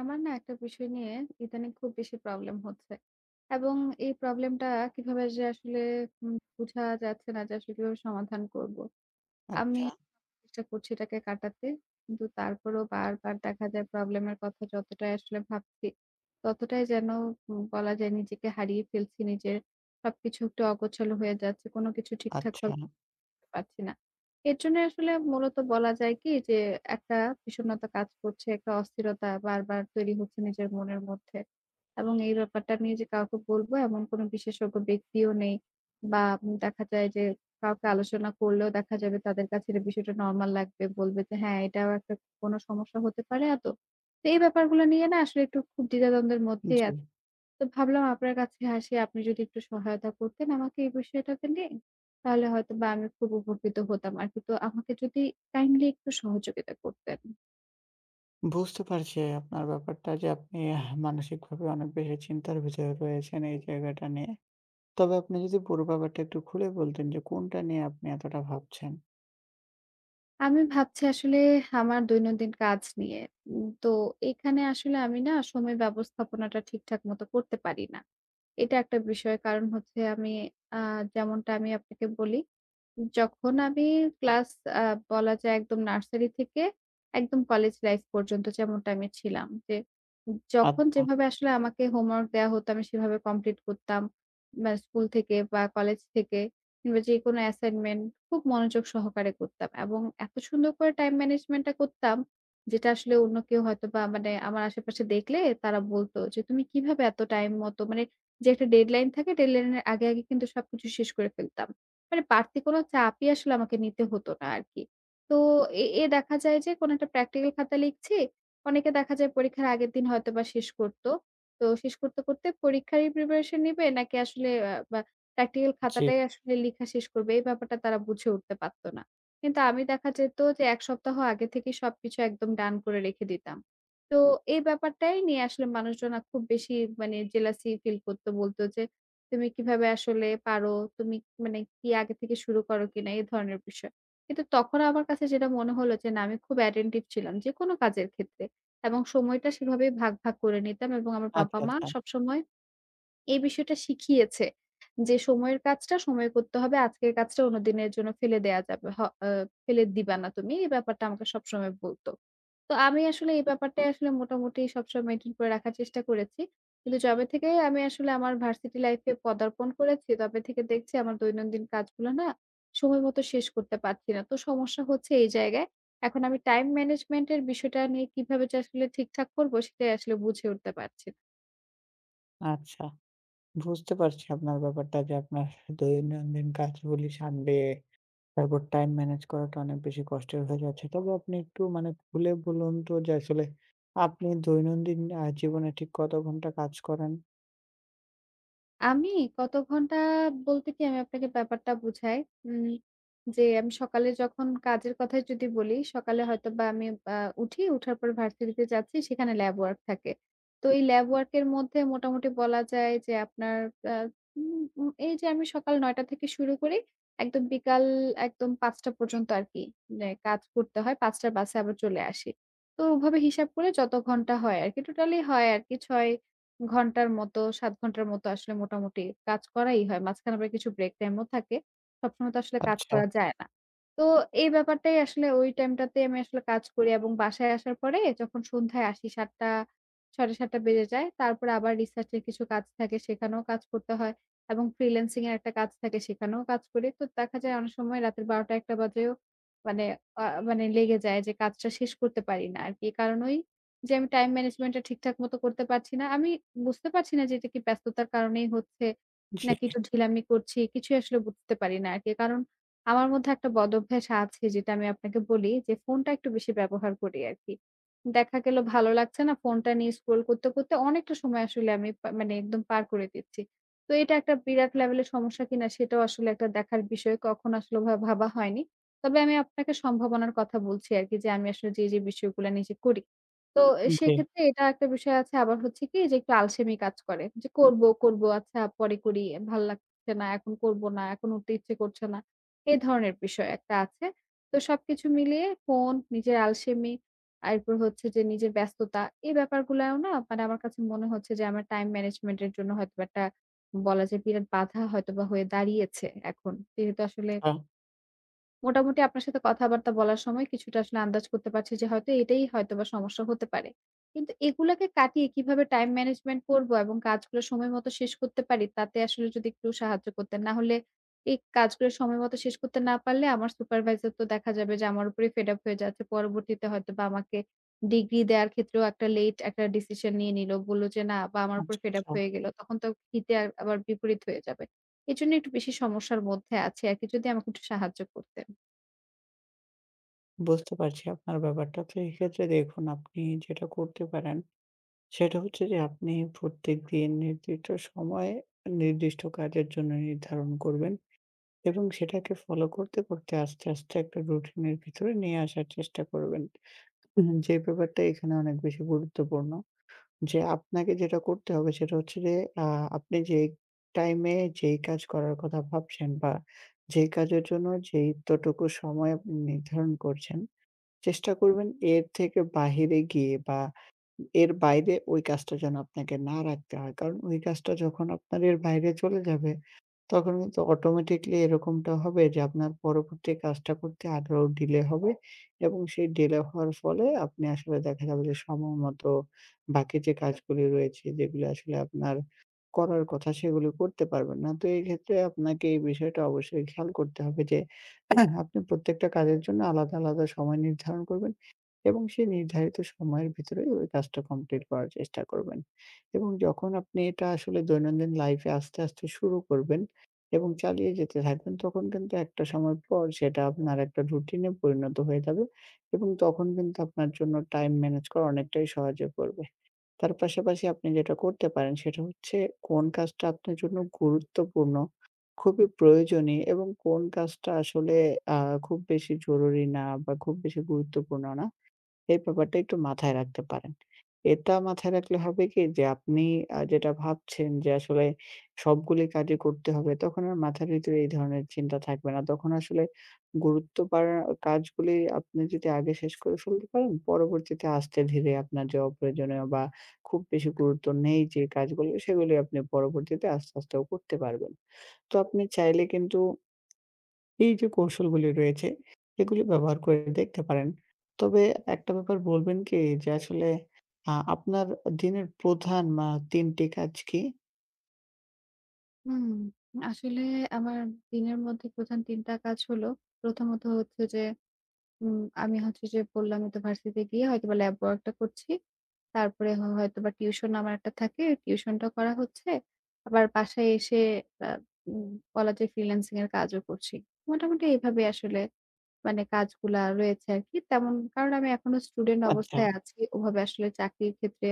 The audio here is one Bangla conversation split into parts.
আমার না একটা বিষয় নিয়ে ইদানিং খুব বেশি প্রবলেম হচ্ছে, এবং এই প্রবলেমটা কিভাবে যে আসলে বোঝা যাচ্ছে না যে আসলে কিভাবে সমাধান করব। আমি আচ্ছা, চেষ্টা করছি এটাকে কাটাতে, কিন্তু তারপরেও বারবার দেখা যায় প্রবলেমের কথা যতটাই আসলে ভাবছি, ততটাই যেন বলা যায় নিজেকে হারিয়ে ফেলছি। নিজের সবকিছু একটু অগোছালো হয়ে যাচ্ছে, কোনো কিছু ঠিকঠাক আচ্ছা। পারছি না। এর জন্য আসলে মূলত বলা যায় কি যে একটা বিষণ্ণতা কাজ করছে, একটা অস্থিরতা বারবার তৈরি হচ্ছে নিজের মনের মধ্যে। এবং এই ব্যাপারটা নিয়ে যে কাউকে বলবো এমন কোনো বিশেষজ্ঞ ব্যক্তিও নেই, বা দেখা যায় যে কাউকে আলোচনা করলেও দেখা যাবে তাদের কাছে এই বিষয়টা নরমাল লাগবে। বলবে যে হ্যাঁ, এটাও একটা কোনো সমস্যা হতে পারে এত। তো এই ব্যাপারগুলো নিয়ে না আসলে একটু খুব দ্বিধাদ্বন্দ্বের মধ্যেই জি। আছি। তো ভাবলাম আপনার কাছে আসি, আপনি যদি একটু সহায়তা করতেন আমাকে এই বিষয়টাকে নিয়ে, তাহলে হয়তোবা আমি খুব উপকৃত হতাম আরকি। তো আমাকে যদি কাইন্ডলি একটু সহযোগিতা করতেন। বুঝতে পারছি আপনার ব্যাপারটা যে আপনি মানসিকভাবে অনেক বেশি চিন্তার ভিতরে রয়েছেন এই জায়গাটা নিয়ে। তবে আপনি যদি পুরো ব্যাপারটা একটু খুলে বলতেন যে কোনটা নিয়ে আপনি এতটা ভাবছেন? আমি ভাবছি আসলে আমার দৈনন্দিন কাজ নিয়ে। তো এখানে আসলে আমি না সময় ব্যবস্থাপনাটা ঠিকঠাক মতো করতে পারি না। এটা একটা বিষয়। কারণ হচ্ছে আমি আ যেমনটা আমি আপনাকে বলি, যখন আমি ক্লাস আ বলা যায় একদম নার্সারি থেকে একদম কলেজ লাইফ পর্যন্ত যেমনটা আমি ছিলাম। যে যখন আচ্ছা, যেভাবে আসলে আমাকে হোমওয়ার্ক দেয়া হতো আমি সেভাবে কমপ্লিট করতাম। বা স্কুল থেকে বা কলেজ থেকে কিংবা যেকোনো অ্যাসাইনমেন্ট খুব মনোযোগ সহকারে করতাম। এবং এত সুন্দর করে টাইম ম্যানেজমেন্টটা করতাম, যেটা আসলে অন্য কেউ হয়তোবা মানে আমার আশেপাশে দেখলে তারা বলত যে, "তুমি কিভাবে এত টাইম মতো" মানে, যে একটা ডেডলাইন থাকে ডেডলাইন এর আগে কিন্তু সবকিছু শেষ করে ফেলতাম। মানে বাড়তি কোনো চাপই আসলে আমাকে নিতে হতো না আরকি। তো এ এ দেখা যায় যে কোনো একটা প্র্যাকটিক্যাল খাতা লিখছি। অনেকে দেখা যায় পরীক্ষার আগের দিন হয়তোবা শেষ করত। তো শেষ করতে, করতে পরীক্ষারই প্রিপারেশন নিবে নাকি আসলে বা প্র্যাকটিক্যাল জি। খাতাটাই আসলে লিখা শেষ করবে, এই ব্যাপারটা তারা বুঝে উঠতে পারত না। কিন্তু আমি দেখা যেত যে ১ সপ্তাহ আগে থেকেই সবকিছু একদম ডান করে রেখে দিতাম। তো এই ব্যাপারটাই নিয়ে আসলে মানুষজন খুব বেশি মানে জেলাসি ফিল করত। বলত যে, তুমি কিভাবে আসলে পারো? তুমি মানে কি আগে থেকে শুরু করো কিনা? এ ধরনের বিষয়। কিন্তু তখন আমার কাছে যেটা মনে হলো যে না, আমি খুব attentive ছিলাম যেকোনো কাজের ক্ষেত্রে, এবং সময়টা সেভাবে ভাগ, ভাগ করে নিতাম, এবং আমার আচ্ছা, বাবা-মা আচ্ছা, সবসময় এই বিষয়টা শিখিয়েছে যে সময়ের কাজটা সময়ে করতে হবে। আজকের কাজটা অন্যদিনের জন্য ফেলে দেয়া যাবে। হ আ ফেলে দিবা না তুমি। এই ব্যাপারটা আমাকে সবসময় বলত। তো আমি আসলে এই ব্যাপারটাই আসলে মোটামুটি সবসময় মেইনটেইন করে রাখার চেষ্টা করেছি। কিন্তু যবে থেকে আমি আসলে আমার ভার্সিটি লাইফে পদার্পণ করেছি, তবে থেকে দেখছি আমার দৈনন্দিন কাজগুলো না সময়মতো শেষ করতে পারছি না। তো সমস্যা হচ্ছে এই জায়গায়। এখন আমি টাইম ম্যানেজমেন্ট এর বিষয়টা নিয়ে কিভাবে যে আসলে ঠিকঠাক করব সেটাই আসলে বুঝে উঠতে পারছি না। আচ্ছা। বুঝতে পারছি আপনার ব্যাপারটা যে আপনার দৈনন্দিন কাজগুলি সামলে তারপর টাইম ম্যানেজ করাটা অনেক বেশি কষ্টের হয়ে যাচ্ছে। তবে আপনি একটু মানে খুলে বলুন তো যে আসলে আপনি দৈনন্দিন জীবনে ঠিক কত ঘন্টা কাজ করেন? আমি কত ঘন্টা বলতে কি, আমি আপনাকে ব্যাপারটা বুঝাই। উম যে আমি সকালে যখন কাজের কথাই যদি বলি, সকালে হয়তোবা আমি আ উঠি, উঠার পর ভার্সিটিতে যাচ্ছি, সেখানে ল্যাব ওয়ার্ক থাকে। তো এই ল্যাব ওয়ার্ক এর মধ্যে মোটামুটি বলা যায় যে আপনার আ উম উম এই যে আমি সকাল ৯ টা থেকে শুরু করি, একদম বিকাল একদম ৫ টা পর্যন্ত আরকি মানে কাজ করতে হয়। ৫ টার বাসে আবার চলে আসি। তো ওভাবে হিসাব করে যত ঘন্টা হয় আরকি, টোটালি হয় আরকি ৬ ঘন্টার মতো ৭ ঘন্টার মতো আসলে মোটামুটি কাজ করাই হয়। মাঝখানে আবার কিছু ব্রেক টাইমও থাকে। সবসময় তো আসলে কাজ আচ্ছা। করা যায় না। তো এই ব্যাপারটাই আসলে ওই টাইমটাতে আমি আসলে কাজ করি, এবং বাসায় আসার পরে যখন সন্ধ্যায় আসি ৭:০০ ৭:৩০ বেজে যায়। তারপরে আবার রিসার্চ এর কিছু কাজ থাকে, সেখানেও কাজ করতে হয়, এবং ফ্রিল্যান্সিং এর একটা কাজ থাকে, সেখানেও কাজ করি। তো দেখা যায় অনেক সময় রাতের ১২:০০ ১:০০ বাজেও মানে মানে লেগে যায়, যে কাজটা শেষ করতে পারি না আরকি। এ কারণেই যে আমি টাইম ম্যানেজমেন্টটা ঠিকঠাক মতো করতে পারছি না। আমি বুঝতে পারছি না যে এটা কি ব্যস্ততার কারণেই হচ্ছে জি, নাকি একটু ঢিলামি করছি। কিছুই আসলে বুঝতে পারি না আরকি। কারণ আমার মধ্যে একটা বদভ্যাস আছে যেটা আমি আপনাকে বলি, যে ফোনটা একটু বেশি ব্যবহার করি আরকি। দেখা গেল ভালো লাগছে না, ফোনটা নিয়ে স্ক্রল করতে, করতে অনেকটা সময় আসলে আমি মানে একদম পার করে দিচ্ছি। তো এটা একটা বিরাট লেভেলের সমস্যা কিনা সেটাও আসলে একটা দেখার বিষয়। কখনো আসলে ওভাবে ভাবা হয়নি। তবে আমি আপনাকে সম্ভাবনার কথা বলছি আরকি, যে আমি আসলে যে বিষয়গুলা নিজে করি। তো এ জি। সেক্ষেত্রে এটা একটা বিষয় আছে। আবার হচ্ছে কি যে একটু আলসেমি কাজ করে। যে করব, করব, আচ্ছা পরে করি। ভাল লাগছে না, এখন করব না, এখন উঠতে ইচ্ছে করছে না। এই ধরনের বিষয় একটা আছে। তো সবকিছু মিলিয়ে ফোন, নিজের আলসেমি, আর এরপর হচ্ছে যে নিজের ব্যস্ততা, এই ব্যাপারগুলাও না মানে আমার কাছে মনে হচ্ছে যে আমার টাইম ম্যানেজমেন্ট এর জন্য হয়তোবা একটা বলা যায় বিরাট বাধা হয়তোবা হয়ে দাঁড়িয়েছে এখন। যেহেতু আসলে আ মোটামুটি আপনার সাথে কথাবার্তা বলার সময় কিছুটা আসলে আন্দাজ করতে পারছি যে হয়তো এটাই হয়তোবা সমস্যা হতে পারে। কিন্তু এগুলাকে কাটিয়ে কিভাবে টাইম ম্যানেজমেন্ট করব এবং কাজগুলো সময় মতো শেষ করতে পারি, তাতে আসলে যদি একটু সাহায্য করতেন। না হলে এই কাজগুলো সময় মতো শেষ করতে না পারলে আমার সুপারভাইজার তো দেখা যাবে যে আমার উপরেই ফেড আপ হয়ে যাচ্ছে। পরবর্তীতে হয়তোবা আমাকে ডিগ্রি দেয়ার ক্ষেত্রেও একটা লেট একটা ডিসিশন নিয়ে নিল। বলল যে না, বা আমার উপর আচ্ছা, ফেড আপ আচ্ছা। হয়ে গেল। তখন তো হিতে আবার বিপরীত হয়ে যাবে। এজন্য একটু বেশি সমস্যার মধ্যে আছি আরকি। যদি আমাকে একটু সাহায্য করতেন। বুঝতে পারছি আপনার ব্যাপারটা। তো এক্ষেত্রে দেখুন, আপনি যেটা করতে পারেন সেটা হচ্ছে যে আপনি প্রত্যেকদিন নির্দিষ্ট সময়ে নির্দিষ্ট কাজের জন্য নির্ধারণ করবেন এবং সেটাকে ফলো করতে, করতে আস্তে, আস্তে একটা রুটিনের ভিতরে নিয়ে আসার চেষ্টা করবেন। হুম, যে ব্যাপারটা এখানে অনেক বেশি গুরুত্বপূর্ণ। যে আপনাকে যেটা করতে হবে সেটা হচ্ছে যে আ আপনি যেই টাইমে যেই কাজ করার কথা ভাবছেন বা যেই কাজের জন্য যেই এতটুকু সময় আপনি নির্ধারণ করছেন, চেষ্টা করবেন এর থেকে বাহিরে গিয়ে বা এর বাইরে ওই কাজটা যেন আপনাকে না রাখতে হয়। কারণ ওই কাজটা যখন আপনার এর বাইরে চলে যাবে, তখন কিন্তু অটোমেটিকলি এরকমটা হবে যে আপনার পরবর্তী কাজটা করতে আরো ডিলে হবে এবং সেই ডিলে হওয়ার ফলে আপনি আসলে দেখা যাবে যে সময় মতো বাকি যে কাজগুলি রয়েছে যেগুলো আসলে আপনার করার কথা, সেগুলো করতে পারবেন না। তো এই ক্ষেত্রে আপনাকে এই বিষয়টা অবশ্যই খেয়াল করতে হবে যে আপনি প্রত্যেকটা কাজের জন্য আলাদা, আলাদা সময় নির্ধারণ করবেন এবং সেই নির্ধারিত সময়ের ভিতরে ওই কাজটা কমপ্লিট করার চেষ্টা করবেন, এবং যখন আপনি এটা আসলে দৈনন্দিন লাইফে আস্তে, আস্তে শুরু করবেন এবং চালিয়ে যেতে থাকবেন, তখন কিন্তু একটা সময় পর সেটা আপনার একটা রুটিনে পরিণত হয়ে যাবে এবং তখন কিন্তু আপনার জন্য টাইম ম্যানেজ করা অনেকটাই সহজ হয়ে পড়বে। তার পাশাপাশি আপনি যেটা করতে পারেন সেটা হচ্ছে, কোন কাজটা আপনার জন্য গুরুত্বপূর্ণ, খুবই প্রয়োজনীয় এবং কোন কাজটা আসলে আ খুব বেশি জরুরি না বা খুব বেশি গুরুত্বপূর্ণ না। এই ব্যাপারটা একটু মাথায় রাখতে পারেন। এটা মাথায় রাখলে হবে কি, যে আপনি যেটা ভাবছেন যে আসলে সবগুলি কাজই করতে হবে, তখন আর মাথার ভিতরে এই ধরনের চিন্তা থাকবে না। তখন আসলে গুরুত্ব পাড়া কাজগুলি আপনি যদি আগে শেষ করে ফেলতে পারেন, পরবর্তীতে আস্তে ধীরে আপনার যে অপ্রয়োজনীয় বা খুব বেশি গুরুত্ব নেই যে কাজগুলো, সেগুলি আপনি পরবর্তীতে আস্তে, আস্তেও করতে পারবেন। তো আপনি চাইলে কিন্তু এই যে কৌশলগুলি রয়েছে, এগুলি ব্যবহার করে দেখতে পারেন। তবে একটা ব্যাপার বলবেন কি, যে আসলে আপনার দিনের প্রধান ৩ টি কাজ কি? হুম, আসলে আমার দিনের মধ্যে প্রধান ৩ টা কাজ হলো। প্রথমত হচ্ছে যে উম আমি হচ্ছে যে বললামই তো ভার্সিটি গিয়ে হয়তোবা ল্যাব ওয়ার্কটা করছি। তারপরে হয়তোবা টিউশন আমার একটা থাকে, টিউশনটা করা হচ্ছে। আবার বাসায় এসে আ উম বলা যায় ফ্রিল্যান্সিং এর কাজও করছি। মোটামুটি এইভাবে আসলে মানে কাজগুলা রয়েছে আরকি। তেমন, কারণ আমি এখনো স্টুডেন্ট আচ্ছা, অবস্থায় আছি। ওভাবে আসলে চাকরির ক্ষেত্রে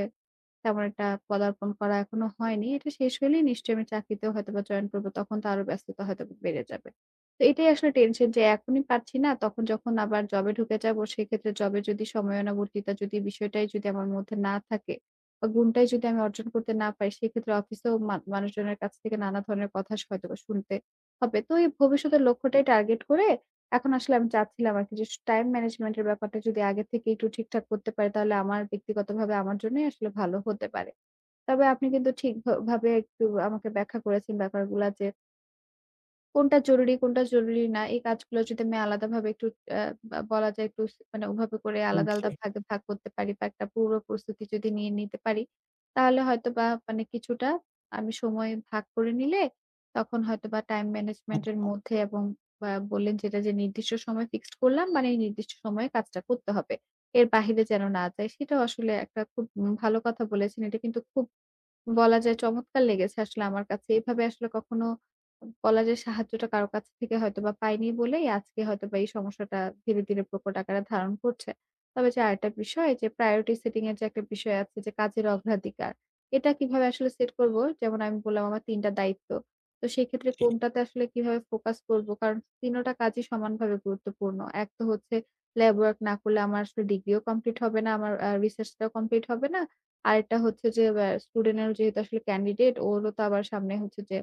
তেমন একটা পদার্পণ করা এখনো হয়নি। এটা শেষ হইলেই নিশ্চয়ই আমি চাকরিতেও হয়তোবা জয়েন করব। তখন তো আরো ব্যস্ততা হয়তোবা বেড়ে যাবে। তো এটাই আসলে টেনশন, যে এখনই পারছি না, তখন যখন আবার জবে ঢুকে যাবো সেক্ষেত্রে জবে যদি সময়ানুবর্তিতা যদি বিষয়টাই যদি আমার মধ্যে না থাকে বা গুণটাই যদি আমি অর্জন করতে না পারি, সেক্ষেত্রে অফিসেও মানুষজনের কাছ থেকে নানা ধরনের কথা হয়তোবা শুনতে হবে। তো এই ভবিষ্যতের লক্ষ্যটাই টার্গেট করে এখন আসলে আমি চাচ্ছিলাম আরকি, যে টাইম ম্যানেজমেন্ট এর ব্যাপারটা যদি আগে থেকে একটু ঠিকঠাক করতে পারি, তাহলে আমার ব্যক্তিগতভাবে আমার জন্যই আসলে ভালো হতে পারে। তবে আপনি কিন্তু ঠিক ভাবে একটু আমাকে ব্যাখ্যা করেছেন ব্যাপারগুলা, যে কোনটা জরুরি, কোনটা জরুরি না, এই কাজগুলো যদি আমি আলাদাভাবে একটু অ্যা বা বলা যায় একটু মানে ওভাবে করে আলাদা, জি, আলাদা ভাগে ভাগ করতে পারি বা একটা পূর্ব প্রস্তুতি যদি নিয়ে নিতে পারি, তাহলে হয়তোবা মানে কিছুটা আমি সময় ভাগ করে নিলে তখন হয়তোবা টাইম ম্যানেজমেন্ট এর আচ্ছা, মধ্যে এবং বা বললেন যেটা, যে নির্দিষ্ট সময় ফিক্সড করলাম, মানে এই নির্দিষ্ট সময়ে কাজটা করতে হবে। এর বাহিরে যেন না যায়। সেটাও আসলে একটা খুব ভালো কথা বলেছেন। এটা কিন্তু খুব বলা যায় চমৎকার লেগেছে আসলে আমার কাছে। এভাবে আসলে কখনো বলা যায় সাহায্যটা কারো কাছ থেকে হয়তোবা পাইনি বলেই আজকে হয়তোবা এই সমস্যাটা ধীরে, ধীরে প্রকট আকারে ধারণ করছে। তবে যে আরেকটা বিষয়, যে priority setting এর যে একটা বিষয় আছে, যে কাজের অগ্রাধিকার, এটা কিভাবে আসলে সেট করব? যেমন আমি বললাম আমার ৩ টা দায়িত্ব। তো সেই ক্ষেত্রে কোনটাতে আসলে কিভাবে ফোকাস করব? কারণ ৩ টা কাজই সমানভাবে গুরুত্বপূর্ণ। এক তো হচ্ছে ল্যাব ওয়ার্ক না করলে আমার আসলে ডিগ্রিও কমপ্লিট হবে না, আমার রিসার্চটাও কমপ্লিট হবে না। আরেকটা হচ্ছে যে স্টুডেন্টের যেহেতু আসলে ক্যান্ডিডেট ওরও তো আবার সামনে হচ্ছে যে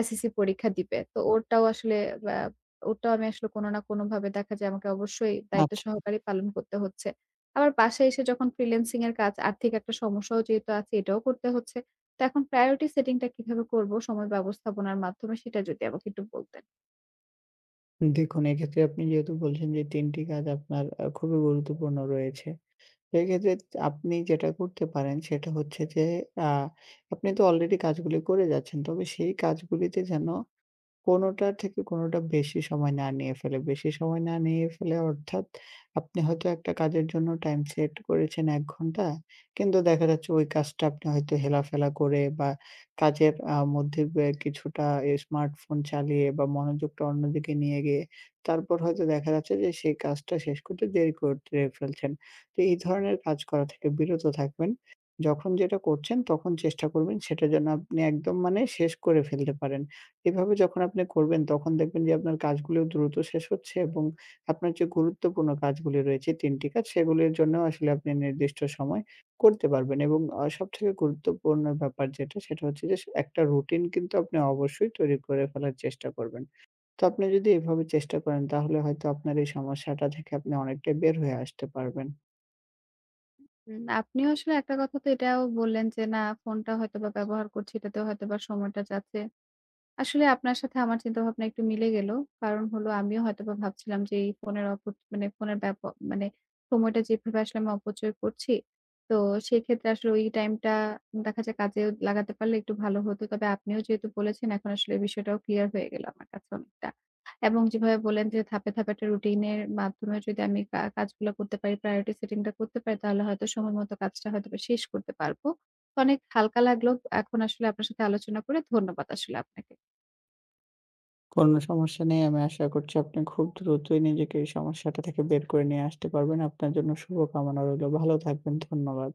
এসএসসি পরীক্ষা দিবে। তো ওরটাও আসলে ব্যা ওটাও আমি আসলে কোনো না কোনোভাবে দেখা যায় আমাকে অবশ্যই দায়িত্ব আচ্ছা। সহকারে পালন করতে হচ্ছে। আবার বাসায় এসে যখন ফ্রিল্যান্সিং এর কাজ, আর্থিক একটা সমস্যাও যেহেতু আছে এটাও করতে হচ্ছে। তো এখন প্রায়োরিটি সেটিং টা কিভাবে করব সময় ব্যবস্থাপনার মাধ্যমে, সেটা যদি আমাকে একটু বলতেন। দেখুন, এক্ষেত্রে আপনি যেহেতু বলছেন যে ৩ টি কাজ আপনার খুবই গুরুত্বপূর্ণ রয়েছে। সেক্ষেত্রে আপনি যেটা করতে পারেন সেটা হচ্ছে যে, আ আপনি তো অলরেডি কাজগুলি করে যাচ্ছেন। তবে সেই কাজগুলিতে যেন কোনোটা থেকে কোনোটা বেশি সময় না নিয়ে ফেলে। বেশি সময় না নিয়ে ফেলে অর্থাৎ আপনি হয়তো একটা কাজের জন্য টাইম সেট করেছেন ১ ঘন্টা। কিন্তু দেখা যাচ্ছে ওই কাজটা আপনি হয়তো হেলাফেলা করে বা কাজের মধ্যে কিছুটা স্মার্টফোন চালিয়ে বা মনোযোগটা অন্যদিকে নিয়ে গিয়ে, তারপর হয়তো দেখা যাচ্ছে যে সেই কাজটা শেষ করতে দেরি করে ফেলছেন। তো এই ধরনের কাজ করা থেকে বিরত থাকবেন। যখন যেটা করছেন তখন চেষ্টা করবেন সেটা যেন আপনি একদম মানে শেষ করে ফেলতে পারেন। এভাবে যখন আপনি করবেন তখন দেখবেন যে আপনার কাজগুলো দ্রুত শেষ হচ্ছে এবং আপনার যে গুরুত্বপূর্ণ কাজগুলি রয়েছে ৩ টি কাজ, সেগুলির জন্য আসলে আপনি নির্দিষ্ট সময় করতে পারবেন, এবং সবথেকে গুরুত্বপূর্ণ ব্যাপার যেটা সেটা হচ্ছে যে একটা রুটিন কিন্তু আপনি অবশ্যই তৈরি করে ফেলার চেষ্টা করবেন। তো আপনি যদি এভাবে চেষ্টা করেন, তাহলে হয়তো আপনার এই সমস্যাটা থেকে আপনি অনেকটাই বের হয়ে আসতে পারবেন। আপনিও আসলে একটা কথা তো এটাও বললেন যে, "না ফোনটা হয়তোবা ব্যবহার করছি এটাতেও হয়তোবা সময়টা যাচ্ছে।" আসলে আপনার সাথে আমার চিন্তাভাবনা একটু মিলে গেল। কারণ হলো আমিও হয়তোবা ভাবছিলাম যে এই ফোনের মানে ফোনের মানে সময়টা যেভাবে আসলে আমি অপচয় করছি, তো সেক্ষেত্রে আসলে ওই টাইমটা দেখা যায় কাজেও লাগাতে পারলে একটু ভালো হতো। তবে আপনিও যেহেতু বলেছেন এখন আসলে বিষয়টাও ক্লিয়ার হয়ে গেল আমার কাছে অনেকটা। এবং যেভাবে বললেন যে ধাপে, ধাপে একটা রুটিনের মাধ্যমে যদি আমি কাজগুলো করতে পারি, প্রায়োরিটি সেটিং টা করতে পারি, তাহলে হয়তো সময় মতো কাজটা হয়তোবা শেষ করতে পারবো। অনেক হালকা লাগলো। এখন আসলে আপনার সাথে আলোচনা করে ধন্যবাদ আসলে আপনাকে। কোনো সমস্যা নেই। আমি আশা করছি আপনি খুব দ্রুতই নিজেকে এই সমস্যাটা থেকে বের করে নিয়ে আসতে পারবেন। আপনার জন্য শুভকামনা রইলো। ভালো থাকবেন। ধন্যবাদ।